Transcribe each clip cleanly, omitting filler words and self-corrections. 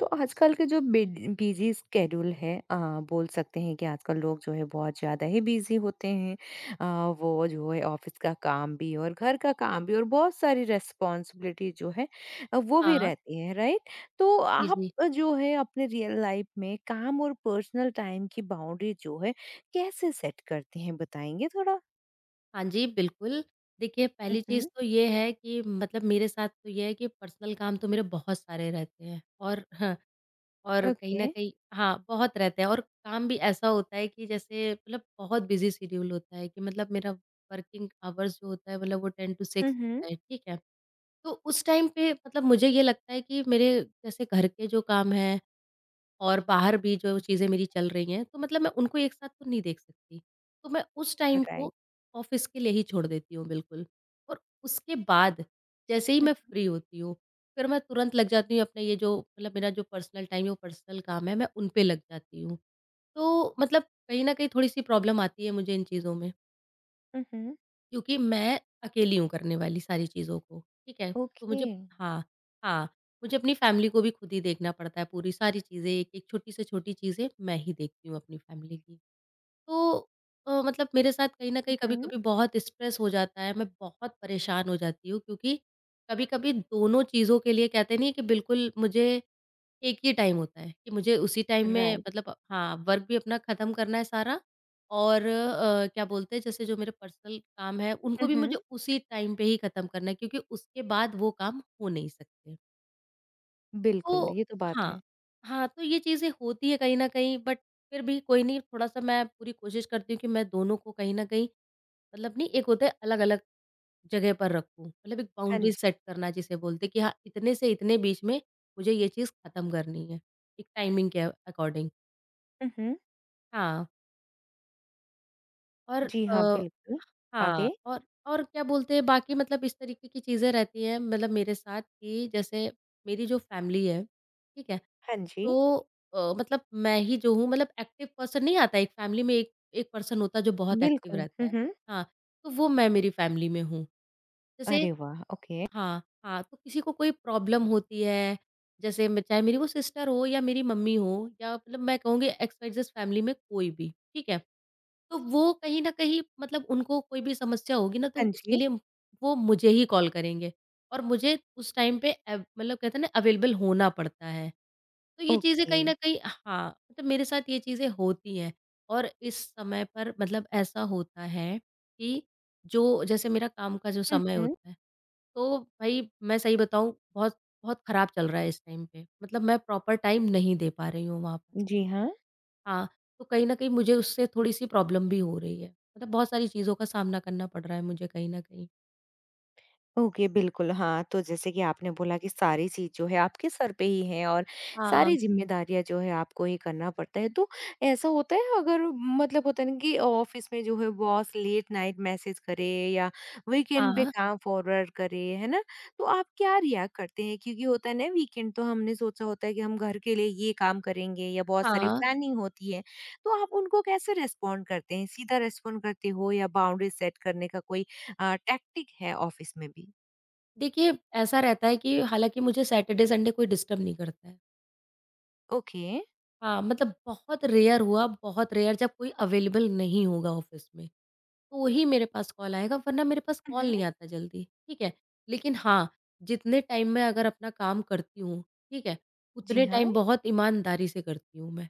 तो आजकल के जो बिजी स्केड्यूल है बोल सकते हैं कि आजकल लोग जो है बहुत ज़्यादा ही बिजी होते हैं। वो जो है ऑफिस का काम भी और घर का काम भी और बहुत सारी रेस्पॉन्सिबिलिटी जो है वो भी हाँ, रहती है राइट। तो जी, आप जी। जो है अपने रियल लाइफ में काम और पर्सनल टाइम की बाउंड्री जो है कैसे सेट करते हैं बताएंगे थोड़ा। हाँ जी, बिल्कुल। देखिए, पहली चीज़ हम्म। तो ये है कि मतलब मेरे साथ तो ये है कि पर्सनल काम तो मेरे बहुत सारे रहते हैं, और हाँ, कहीं ओके। न कहीं हाँ, बहुत रहते हैं। और काम भी ऐसा होता है कि जैसे मतलब बहुत बिज़ी शेड्यूल होता है कि मतलब मेरा वर्किंग आवर्स जो होता है मतलब वो 10 टू 6 हम्म। होता है, ठीक है? तो उस टाइम पे मतलब मुझे ये लगता है कि मेरे जैसे घर के जो काम हैं और बाहर भी जो जी। चीज़ें मेरी चल रही हैं, तो मतलब मैं उनको एक साथ तो नहीं देख सकती। तो मैं उस टाइम को राइट। ऑफ़िस के लिए ही छोड़ देती हूँ बिल्कुल, और उसके बाद जैसे ही मैं फ्री होती हूँ, फिर मैं तुरंत लग जाती हूँ अपना ये जो मतलब मेरा जो पर्सनल टाइम है, वो पर्सनल काम है, मैं उन पे लग जाती हूँ। तो मतलब कहीं न कहीं थोड़ी-सी प्रॉब्लम आती है मुझे इन चीज़ों में। हम्म। क्योंकि मैं अकेली हूँ करने वाली सारी चीज़ों को, ठीक है? तो ओके। मुझे हाँ, हाँ, मुझे अपनी फैमिली को भी खुद ही देखना पड़ता है, पूरी सारी चीज़ें, एक-एक छोटी से छोटी चीज़ें मैं ही देखती हूँ अपनी फैमिली की। तो मतलब मेरे साथ कहीं न कहीं हम्म। कभी-कभी बहुत स्ट्रेस हो जाता है, मैं बहुत परेशान हो जाती हूँ, क्योंकि कभी-कभी दोनों चीज़ों के लिए कहते नहीं है कि बिल्कुल मुझे एक ही टाइम होता है कि मुझे उसी टाइम में राइट। मतलब हाँ, वर्क भी अपना ख़त्म करना है सारा और क्या बोलते हैं, जैसे जो मेरे पर्सनल काम है उनको भी मुझे उसी टाइम पे ही ख़त्म करना है, क्योंकि उसके बाद वो काम हो नहीं सकते। बिल्कुल, तो ये तो बात हाँ, है। हाँ, तो ये चीज़ें होती है कहीं न कहीं, बट फिर भी कोई नहीं, थोड़ा-सा मैं पूरी कोशिश करती हूँ कि मैं दोनों को कहीं न कहीं, मतलब नहीं, एक होता है अलग-अलग जगह पर रखूँ। मतलब एक हाँ बाउंड्री जी। सेट करना जिसे बोलते हैं कि हाँ, इतने से इतने बीच में मुझे ये चीज़ खत्म करनी है, एक टाइमिंग के अकॉर्डिंग। हुँ, हुँ। हाँ, और जी हाँ, अ, बिल्कुल। हाँ, आगे? और क्या बोलते हैं, बाकी मतलब इस तरीके की चीज़ें रहती हैं मतलब मेरे साथ कि जैसे मेरी जो फैमिली है, ठीक है? हाँ जी। तो मतलब मैं ही जो हूँ मतलब एक्टिव पर्सन, नहीं आता एक फैमिली में एक एक पर्सन होता है जो बहुत एक्टिव बिल्कुल। रहता हुँ, है। हुँ। हाँ, तो वो मैं मेरी फैमिली में हूँ। जैसे अरे वाह! ओके। हाँ, हाँ, तो किसी को कोई प्रॉब्लम होती है, जैसे मैं चाहे मेरी वो सिस्टर हो या मेरी मम्मी हो या मतलब मैं कहूँगी एक्स वाई जेड फैमिली में कोई भी, ठीक है? तो वो कहीं न कहीं मतलब उनको कोई भी समस्या होगी ना, तो हाँ उसके जी। लिए वो मुझे ही कॉल करेंगे और मुझे उस टाइम पे एव मतलब कहते हैं ना अवेलेबल होना पड़ता है। तो ये चीज़ें ओके। कहीं न कहीं, हाँ, मतलब मेरे साथ ये चीज़ें होती हैं। और इस समय पर मतलब ऐसा होता है कि जो जैसे मेरा काम का जो हुँ, समय हुँ। होता है, तो भई मैं सही बताऊँ, बहुत बहुत खराब चल रहा है इस टाइम पे। मतलब मैं प्रॉपर टाइम नहीं दे पा रही हूँ वहाँ पर। जी हाँ। हाँ, तो कहीं न कहीं मुझे उससे थोड़ी-सी प्रॉब्लम भी हो रही है। मतलब बहुत सारी चीज़ों का सामना करना पड़ रहा है मुझे कहीं न कहीं। ओके, बिल्कुल, हाँ, तो जैसे कि आपने बोला कि सारी चीज़ जो है आपके सर पे ही है और हाँ, सारी ज़िम्मेदारियाँ जो है आपको ही करना पड़ता है। तो ऐसा होता है अगर मतलब होता है ना कि ऑफ़िस में जो है बॉस लेट नाइट मैसेज करे या वीकेंड पे हाँ, काम फॉरवर्ड करे, है ना? तो आप क्या रिएक्ट करते हैं? क्योंकि होता है ना वीकेंड तो हमने सोचा होता है कि हम घर के लिए ये काम करेंगे या बहुत सारी हाँ। प्लानिंग होती है। तो आप उनको कैसे रिस्पॉन्ड करते हैं? सीधा रिस्पॉन्ड करते हो या बाउंड्री सेट करने का कोई टैक्टिक है ऑफ़िस में भी? देखिए, ऐसा रहता है कि हालाँकि मुझे सैटरडे संडे कोई डिस्टर्ब नहीं करता है। ओके। हाँ, मतलब बहुत रेयर हुआ, बहुत रेयर जब कोई अवेलेबल नहीं होगा ऑफ़िस में, तो ही मेरे पास कॉल आएगा, वरना मेरे पास कॉल हम्म। नहीं आता जल्दी, ठीक है। लेकिन हाँ, जितने टाइम मैं अगर अपना काम करती हूँ, ठीक है, जी उतने हाँ। टाइम बहुत ईमानदारी से करती हूँ मैं।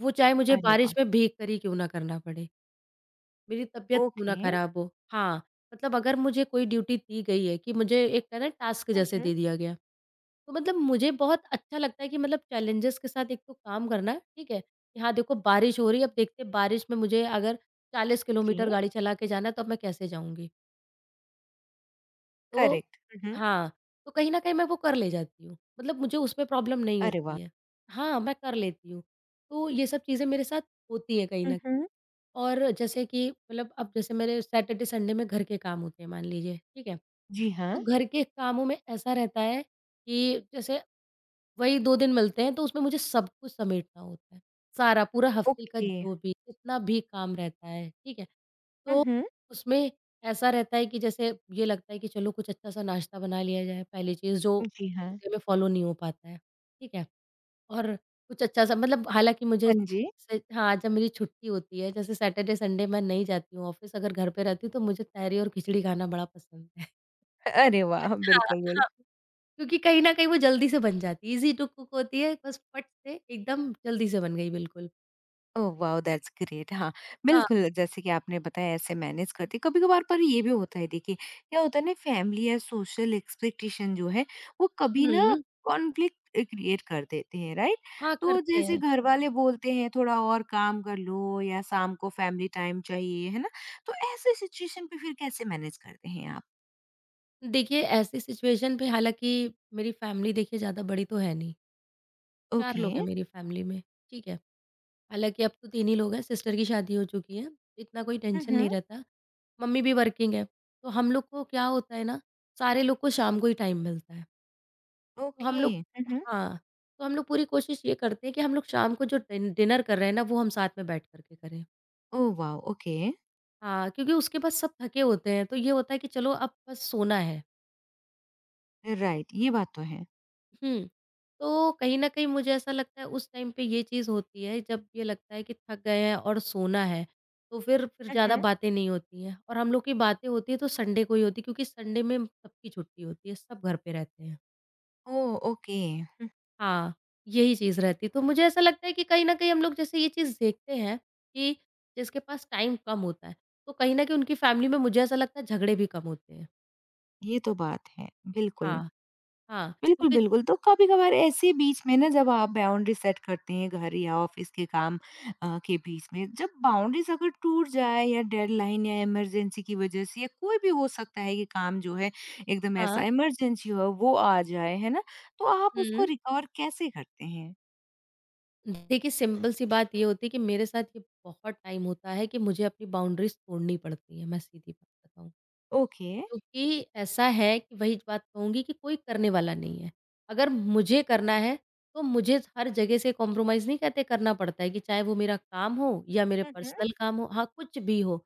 वो चाहे मुझे अरे वाह। बारिश में भीग कर ही क्यों ना करना पड़े, मेरी तबीयत क्यों ना ओके। खराब हो। हाँ, मतलब अगर मुझे कोई ड्यूटी दी गई है कि मुझे एक है ना टास्क जैसे हम्म। दे दिया गया है, तो मतलब मुझे बहुत अच्छा लगता है कि मतलब चैलेंजेस के साथ एक तो काम करना है, ठीक है? कि हाँ, देखो बारिश हो रही है, अब देखते हैं बारिश में मुझे अगर 40 किलोमीटर जी। गाड़ी चला के जाना है तो अब मैं कैसे जाऊँगी? तो करेक्ट। हम्म। हाँ, तो कहीं न कहीं मैं वो कर ले जाती हूँ। मतलब मुझे उसमें प्रॉब्लम नहीं अरे वाह। होती है। हाँ, मैं कर लेती हूँ। तो ये सब चीज़ें मेरे साथ होती हैं कहीं न कहीं। हम्म। और जैसे कि मतलब अब जैसे मेरे सैटरडे संडे में घर के काम होते हैं मान लीजिए, ठीक है? जी तो हाँ। घर के कामों में ऐसा रहता है कि जैसे वही 2 दिन मिलते हैं, तो उसमें मुझे सब कुछ समेटना होता है, सारा पूरा हफ्ते का ओके। जो भी जितना भी काम रहता है, ठीक है? तो हम्म। उसमें ऐसा रहता है कि जैसे ये लगता है कि चलो कुछ अच्छा-सा नाश्ता बना लिया जाए, पहली चीज़ जो जी मील हाँ। डे में फ़ॉलो नहीं हो पाता है, ठीक है? और कुछ अच्छा-सा मतलब हालाँकि मुझे हाँ जी। से हाँ, जब मेरी छुट्टी होती है, जैसे सैटरडे संडे मैं नहीं जाती हूँ ऑफ़िस, अगर घर पे रहती हूँ तो मुझे तहरी और खिचड़ी खाना बड़ा पसंद है। अरे वाह, हाँ, बिल्कुल बिल्कुल। हाँ, क्योंकि कहीं न कहीं वो जल्दी से बन जाती है, ईज़ी टू कुक होती है, बस फट से एकदम जल्दी से बन गई बिल्कुल। Oh wow! That's great. हाँ, हाँ, बिल्कुल, जैसे कि आपने बताया ऐसे मैनेज करती हैं। कभी-कभार पर ये भी होता है देखिए, क्या होता है ना फैमिली या सोशल एक्सपेक्टेशन जो है, वो कभी ना हुँ, कॉन्फ्लिक्ट क्रिएट कर देते हैं, राइट? हाँ, तो करते जैसे हैं। घर वाले बोलते हैं थोड़ा और काम कर लो या शाम को फैमिली टाइम चाहिए, है ना? तो ऐसे सिचुएशन पे फिर कैसे मैनेज करते हैं आप? देखिए, ऐसी सिचुएशन पे हालाँकि मेरी फैमिली देखिए ज़्यादा बड़ी तो है नहीं, 4 ओके। लोग हैं मेरी फैमिली में, ठीक है। हालाँकि अब तो 3 ही लोग हैं, सिस्टर की शादी हो चुकी है, इतना कोई हुँ, टेंशन हुँ। नहीं रहता। मम्मी भी वर्किंग है, तो हम लोग को क्या होता है ना, सारे लोग को शाम को ही टाइम मिलता है। तो हम ओके। लोग हुँ, हुँ। हाँ, तो हम लोग पूरी कोशिश ये करते हैं कि हम लोग शाम को जो डिनर कर रहे हैं ना, वो हम साथ में बैठ कर के करें। Oh wow! ओके। हाँ, क्योंकि उसके बाद सब थके होते हैं, तो ये होता है कि चलो अब बस सोना है। राइट, ये बात तो है। हुँ। तो कहीं न कहीं मुझे ऐसा लगता है उस टाइम पे ये चीज़ होती है जब ये लगता है कि थक गए हैं और सोना है, तो फिर हुँ, ज़्यादा हुँ। बातें नहीं होती हैं, और हम लोग की बातें होती हैं तो संडे को ही होती है, क्योंकि संडे में सबकी छुट्टी होती है, सब घर पे रहते हैं। ओह! ओके। हाँ, यही चीज़ रहती है। तो मुझे ऐसा लगता है कि कहीं न कहीं हम लोग जैसे ये चीज़ देखते हैं कि जिसके पास टाइम कम होता है, तो कहीं न कहीं उनकी फैमिली में मुझे ऐसा लगता है झगड़े भी कम होते हैं। ये तो बात है। बिल्कुल, हाँ, हाँ, बिल्कुल, क्योंकि बिल्कुल। तो कभी-कभार ऐसे बीच में ना जब आप बाउंड्री सेट करते हैं घर या ऑफ़िस के काम के बीच में, जब बाउंड्रीज़ अगर टूट जाए या डेडलाइन या इमरजेंसी की वज़ह से या कोई भी हो सकता है कि काम जो है एकदम ऐसा हाँ, इमरजेंसी हो वो आ जाए, है ना? तो आप हुँ। उसको रिकवर कैसे करते हैं? देखिए, सिंपल सी बात ये होती है कि मेरे साथ ये बहुत टाइम होता है कि मुझे अपनी बाउंड्रीज तोड़नी पड़ती है, मैं सीधी बात बताऊं। ओके। क्योंकि ऐसा है कि वही बात कहूंगी कि कोई करने वाला नहीं है, अगर मुझे करना है तो मुझे हर जगह से कॉम्प्रोमाइज़ नहीं कहते करना पड़ता है कि चाहे वो मेरा काम हो या मेरे हुँ, हुँ। पर्सनल काम हो, हाँ, कुछ भी हो।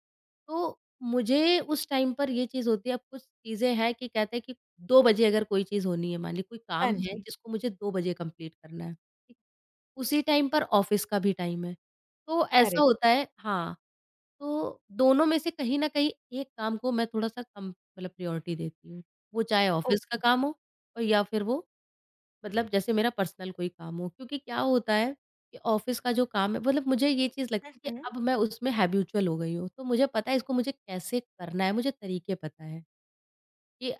तो मुझे उस टाइम पर ये चीज़ होती है, अब कुछ चीज़ें हैं कि कहते हैं कि 2 बजे अगर कोई चीज़ होनी है, मान ली कोई हाँ काम है जी, जिसको मुझे 2 बजे कंप्लीट करना है, उसी टाइम पर ऑफ़िस का भी टाइम है। तो ऐसा करेक्ट। होता है, हाँ, तो दोनों में से कहीं न कहीं एक काम को मैं थोड़ा-सा कम मतलब प्रायोरिटी देती हूँ। वो चाहे ऑफ़िस का ओके। काम हो और या फिर वो मतलब जैसे मेरा पर्सनल कोई काम हो। क्योंकि क्या होता है कि ऑफ़िस का जो काम है मतलब मुझे ये चीज़ हुँ, लगती है कि हुँ। अब मैं उसमें हैबिचुअल हो गई हूँ। तो मुझे पता है इसको मुझे कैसे करना है, मुझे तरीके पता है कि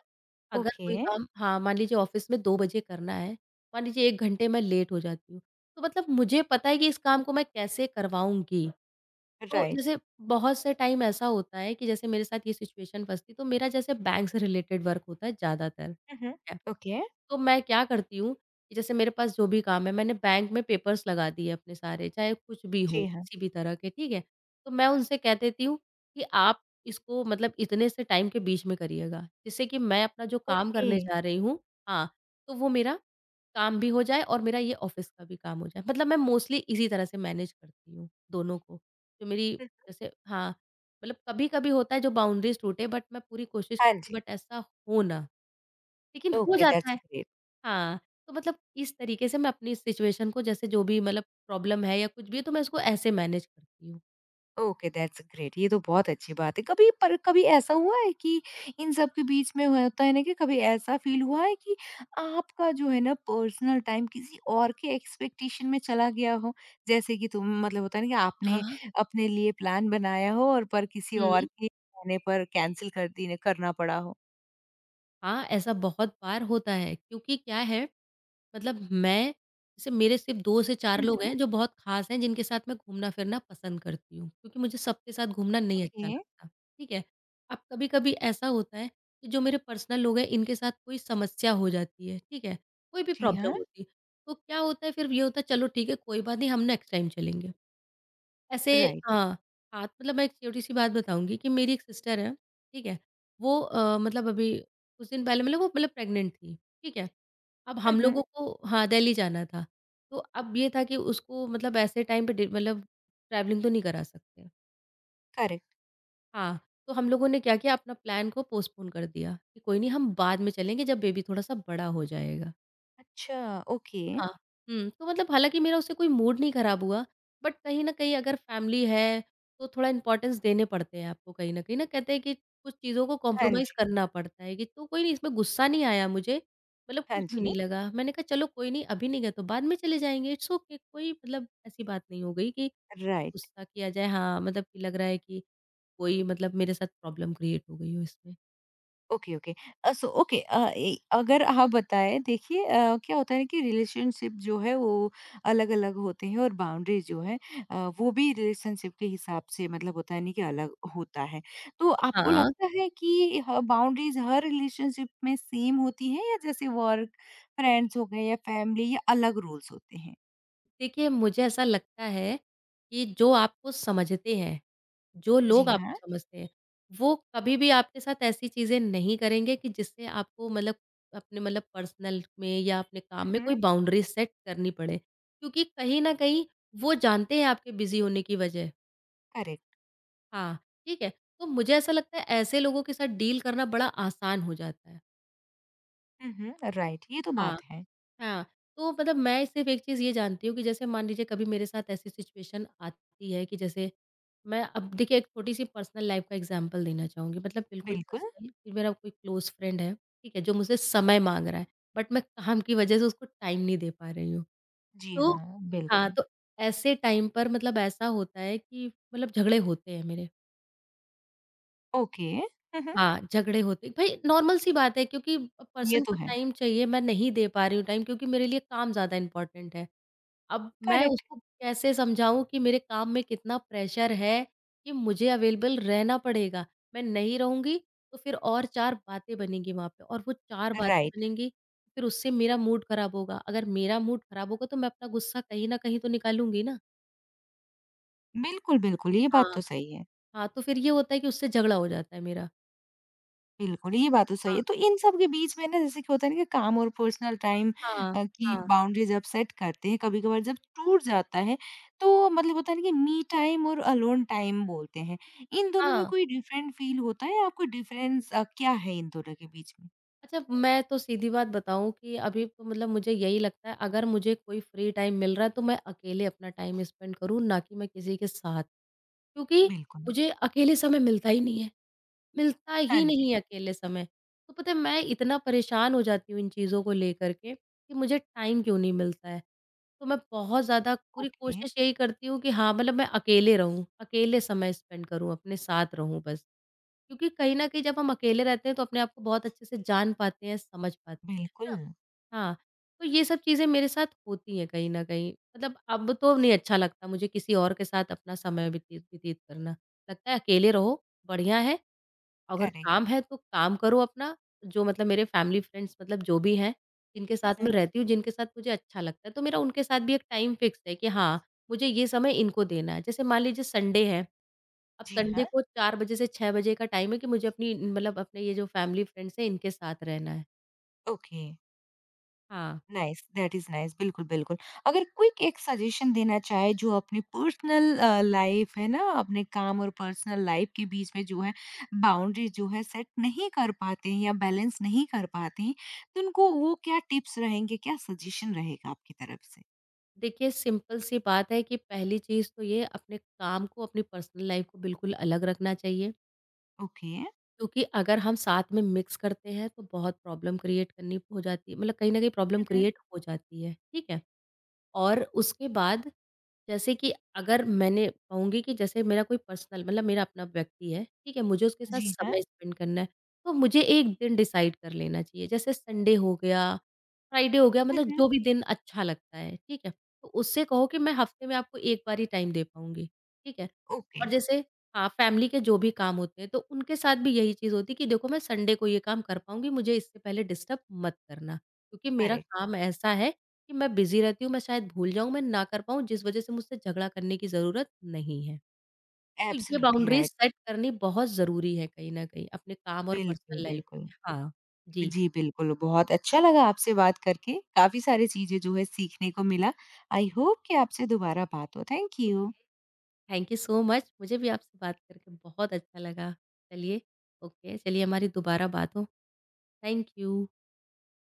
अगर ओके, कोई काम, हाँ, मान लीजिए ऑफ़िस में 2 बजे करना है, मान लीजिए 1 घंटे मैं लेट हो जाती हूँ, तो मतलब मुझे पता है कि इस काम को मैं कैसे करवाऊँगी। तो राइट। जैसे बहुत से टाइम ऐसा होता है कि जैसे मेरे साथ ये सिचुएशन फँसती, तो मेरा जैसे बैंक से रिलेटेड वर्क होता है ज़्यादातर। हुँ, हुँ। ओके। तो मैं क्या करती हूँ कि जैसे मेरे पास जो भी काम है, मैंने बैंक में पेपर्स लगा दिए अपने सारे, चाहे कुछ भी हो, जी हाँ। किसी भी तरह के, ठीक है? तो मैं उनसे कह देती हूँ कि आप इसको मतलब इतने से टाइम के बीच में करिएगा, जिससे कि मैं अपना जो काम ओके। करने जा रही हूँ हाँ, तो वो मेरा काम भी हो जाए और मेरा ये ऑफ़िस का भी काम हो जाए। मतलब मैं मोस्टली इसी तरह से मैनेज करती हूँ, दोनों को। जो मेरी हुँ। जैसे हाँ, मतलब कभी-कभी होता है जो बाउंड्रीज़ टूटे बट मैं पूरी कोशिश हाँ करती जी। हूँ बट ऐसा हो ना, लेकिन हो ओके, जाता दैट्स है। ग्रेट। हाँ, तो मतलब इस तरीके से मैं अपनी सिचुएशन को जैसे जो भी मतलब प्रॉब्लम है या कुछ भी है तो मैं उसको ऐसे मैनेज करती हूँ। ओके, दैट्स ग्रेट, ये तो बहुत अच्छी बात है। कभी पर कभी ऐसा हुआ है कि इन सब के बीच में हुआ होता है ना कि कभी ऐसा फ़ील हुआ है कि आपका जो है ना पर्सनल टाइम किसी और के एक्सपेक्टेशन में चला गया हो? जैसे कि तुम मतलब होता है ना कि हाँ, आपने हाँ। अपने लिए प्लान बनाया हो और पर किसी और हुँ। के कहने पर कैंसल कर देने करना पड़ा हो? हाँ, ऐसा बहुत बार होता है क्योंकि क्या है मतलब मैं जैसे मेरे सिर्फ़ 2 से 4 हुँ, लोग हुँ। हैं जो बहुत ख़ास हैं जिनके साथ मैं घूमना-फिरना पसंद करती हूँ, क्योंकि मुझे सबके साथ घूमना नहीं ओके, अच्छा लगता, ठीक है? अब कभी-कभी ऐसा होता है कि जो मेरे पर्सनल लोग हैं इनके साथ कोई समस्या हो जाती है, ठीक है? कोई भी जी हाँ, प्रॉब्लम होती है, तो क्या होता है फिर ये होता है चलो ठीक है कोई बात नहीं हम नेक्स्ट टाइम चलेंगे। ऐसे राइट। हाँ, हाँ, तो मतलब मैं एक छोटी-सी बात बताऊँगी कि मेरी एक सिस्टर है, ठीक है? वो मतलब अभी कुछ दिन पहले मतलब वो मतलब प्रेग्नेंट थी, ठीक है? अब हुँ, हम हुँ, लोगों को हाँ, दिल्ली जाना था। तो अब ये था कि उसको मतलब ऐसे टाइम पे डि मतलब ट्रैवलिंग तो नहीं करा सकते। करेक्ट। हाँ, तो हम लोगों ने क्या किया अपना प्लान को पोस्टपोन कर दिया कि कोई नहीं हम बाद में चलेंगे जब बेबी थोड़ा-सा बड़ा हो जाएगा। अच्छा, ओके। हाँ, हुँ, तो मतलब हालाँकि मेरा उससे कोई मूड नहीं खराब हुआ, बट कहीं न कहीं अगर फैमिली है, तो थोड़ा इम्पोर्टेंस देने पड़ते हैं आपको कहीं न कहीं ना कहते हैं कि कुछ चीज़ों को हाँ कॉम्प्रोमाइज़ जी, करना पड़ता है कि तो कोई नहीं इसमें गुस्सा नहीं आया मुझे, मतलब हाँ कुछ भी जी। नहीं लगा। मैंने कहा चलो कोई नहीं अभी नहीं गए तो बाद में चले जाएँगे, इट्स ओके कोई मतलब ऐसी बात नहीं हो गई कि राइट। गुस्सा किया जाए हाँ, मतलब कि लग रहा है कि कोई मतलब मेरे साथ प्रॉब्लम क्रिएट हो गई हो इसमें। Okay, okay. सो ओके ए अगर आप बताएँ देखिए क्या होता है कि रिलेशनशिप जो है वो अलग-अलग होते हैं और बाउंड्री जो है वो भी रिलेशनशिप के हिसाब से मतलब होता है नहीं कि अलग होता है। तो आपको हाँ। लगता है कि ह बाउंड्रीज़ हर रिलेशनशिप में सेम होती हैं या जैसे वर्क, फ्रेंड्स हो गए या फैमिली या अलग रूल्स होते हैं? देखिए, मुझे ऐसा लगता है कि जो आपको समझते हैं, जो लोग जी आपको हाँ। समझते हैं, वो कभी भी आपके साथ ऐसी चीज़ें नहीं करेंगे कि जिससे आपको मतलब अपने मतलब पर्सनल में या अपने काम में हुँ, हुँ। कोई बाउंड्री सेट करनी पड़े। क्योंकि कहीं न कहीं वो जानते हैं आपके बिज़ी होने की वजह। करेक्ट। हाँ, ठीक है? तो मुझे ऐसा लगता है ऐसे लोगों के साथ डील करना बड़ा आसान हो जाता है। हुँ, हुँ, राइट, ये तो हाँ, बात है। हाँ, तो मतलब मैं सिर्फ़ एक चीज़ ये जानती हूँ कि जैसे मान लीजिए कभी मेरे साथ ऐसी सिचुएशन आती है कि जैसे मैं अब देखिए एक छोटी-सी पर्सनल लाइफ़ का एग्ज़ाम्पल देना चाहूँगी मतलब बिल्कुल बिल्कुल। पर्सनल कि मेरा कोई क्लोज़ फ्रेंड है, ठीक है? जो मुझसे समय माँग रहा है, बट मैं काम की वज़ह से उसको टाइम नहीं दे पा रही हूँ। जी तो हाँ, हाँ, बिल्कुल। तो ऐसे टाइम पर मतलब ऐसा होता है कि मतलब झगड़े होते हैं मेरे। ओके। हुँ, हुँ। हाँ, झगड़े होते हैं भई नॉर्मल-सी बात है क्योंकि ये पर्सन तो को है। टाइम चाहिए, मैं नहीं दे पा रही हूँ टाइम क्योंकि मेरे लिए काम ज़्यादा इम्पोर्टेंट है। अब मैं करेक्ट। उसको कैसे समझाऊँ कि मेरे काम में कितना प्रेशर है कि मुझे अवेलेबल रहना पड़ेगा। मैं नहीं रहूँगी तो फिर और 4 बातें बनेंगी वहाँ पे और वो 4 बातें राइट। बनेंगी, फिर उससे मेरा मूड खराब होगा। अगर मेरा मूड खराब होगा तो मैं अपना गुस्सा कहीं न कहीं तो निकालूँगी ना। बिल्कुल, बिल्कुल, ये बात हाँ। तो सही है। हाँ, तो फिर ये होता है कि उससे झगड़ा हो जाता है मेरा। बिल्कुल, ये बात तो सही हाँ, है। तो इन सब के बीच में ना जैसे कि होता है ना कि काम और पर्सनल टाइम हाँ, की हाँ, बाउंड्री जब सेट करते हैं, कभी-कभार जब टूट जाता है, तो मतलब होता है ना कि मी टाइम और अलोन टाइम बोलते हैं। इन दोनों में हाँ। कोई डिफरेंट फील होता है? आपको डिफरेंस क्या है इन दोनों के बीच में? अच्छा, मैं तो सीधी बात बताऊँ कि अभी तो मतलब मुझे यही लगता है अगर मुझे कोई फ्री टाइम मिल रहा है तो मैं अकेले अपना टाइम स्पेंड करूँ ना कि मैं किसी के साथ। क्योंकि बिल्कुल। मुझे अकेले समय मिलता ही नहीं है, मिलता हाँ ही जी। नहीं है अकेले समय। तो पता है मैं इतना परेशान हो जाती हूँ इन चीज़ों को लेकर के कि मुझे टाइम क्यों नहीं मिलता है। तो मैं बहुत ज़्यादा पूरी ओके। कोशिश यही करती हूँ कि हाँ, मतलब मैं अकेले रहूँ, अकेले समय स्पेंड करूँ, अपने साथ रहूँ बस। क्योंकि कहीं न कहीं जब हम अकेले रहते हैं तो अपने आप को बहुत अच्छे से जान पाते हैं, समझ पाते हैं, है बिल्कुल, ना? हाँ, तो ये सब चीज़ें मेरे साथ होती हैं कहीं न कहीं। मतलब अब तो नहीं अच्छा लगता मुझे किसी और के साथ अपना समय व्यतीत व्यतीत करना। लगता है अकेले रहो, बढ़िया है, अगर करेक्ट। काम है तो काम करो अपना, जो मतलब मेरे फैमिली फ्रेंड्स मतलब जो भी हैं, जिनके हुँ, साथ मैं हुँ। रहती हूँ, जिनके साथ मुझे अच्छा लगता है, तो मेरा उनके साथ भी एक टाइम फिक्स है कि हाँ, मुझे ये समय इनको देना है। जैसे मान लीजिए संडे है अब जी संडे हाँ, को 4 बजे से 6 बजे का टाइम है कि मुझे अपनी मतलब अपने ये जो फैमिली फ्रेंड्स हैं इनके साथ रहना है। ओके। हाँ, नाइस, दैट इज़ नाइस। बिल्कुल, बिल्कुल। अगर क्विक एक सजेशन देना चाहे जो अपनी पर्सनल लाइफ़ है ना, अपने काम और पर्सनल लाइफ़ के बीच में जो है बाउंड्री जो है सेट नहीं कर पाते हैं या बैलेंस नहीं कर पाते हैं, तो उनको वो क्या टिप्स रहेंगे, क्या सजेशन रहेगा आपकी तरफ से? देखिए सिंपल सी बात है कि पहली चीज़ तो ये अपने काम को अपनी पर्सनल लाइफ़ को बिल्कुल अलग रखना चाहिए। ओके। क्योंकि अगर हम साथ में मिक्स करते हैं तो बहुत प्रॉब्लम क्रिएट करनी हो जाती है मतलब कहीं न कहीं प्रॉब्लम हुँ, हुँ। क्रिएट हो जाती है, ठीक है? और उसके बाद जैसे कि अगर मैंने कहूँगी कि जैसे मेरा कोई पर्सनल मतलब मेरा अपना व्यक्ति है, ठीक है? मुझे उसके साथ जी हाँ। समय स्पेंड करना है, तो मुझे एक दिन डिसाइड कर लेना चाहिए। जैसे संडे हो गया, फ्राइडे हो गया हुँ, मतलब हुँ। जो भी दिन अच्छा लगता है, ठीक है? तो उससे कहो कि मैं हफ़्ते में आपको 1 बार ही टाइम दे पाऊँगी, ठीक है? ओके, और जैसे हाँ, फैमिली के जो भी काम होते हैं, तो उनके साथ भी यही चीज़ होती है कि देखो मैं संडे को ये काम कर पाऊँगी, मुझे इससे पहले डिस्टर्ब मत करना, क्योंकि मेरा करेक्ट, काम ऐसा है कि मैं बिज़ी रहती हूँ, मैं शायद भूल जाऊँ, मैं ना कर पाऊँ, जिस वज़ह से मुझसे झगड़ा करने की ज़रूरत नहीं है। तो ये एब्सोल्युटली बाउंड्रीज़ राइट। सेट करनी बहुत ज़रूरी है कहीं न कहीं अपने काम और बिल्कुल, पर्सनल लाइफ़ बिल्कुल। में। हाँ, जी। जी, बिल्कुल, बहुत अच्छा लगा आपसे बात करके, काफ़ी सारी चीज़ें जो है सीखने को मिला। आई होप कि आपसे दोबारा बात हो। थैंक तो you. Thank you so much. मुझे भी आपसे बात करके बहुत अच्छा लगा। चलिए ओके, चलिए हमारी दोबारा बात हो। Thank you.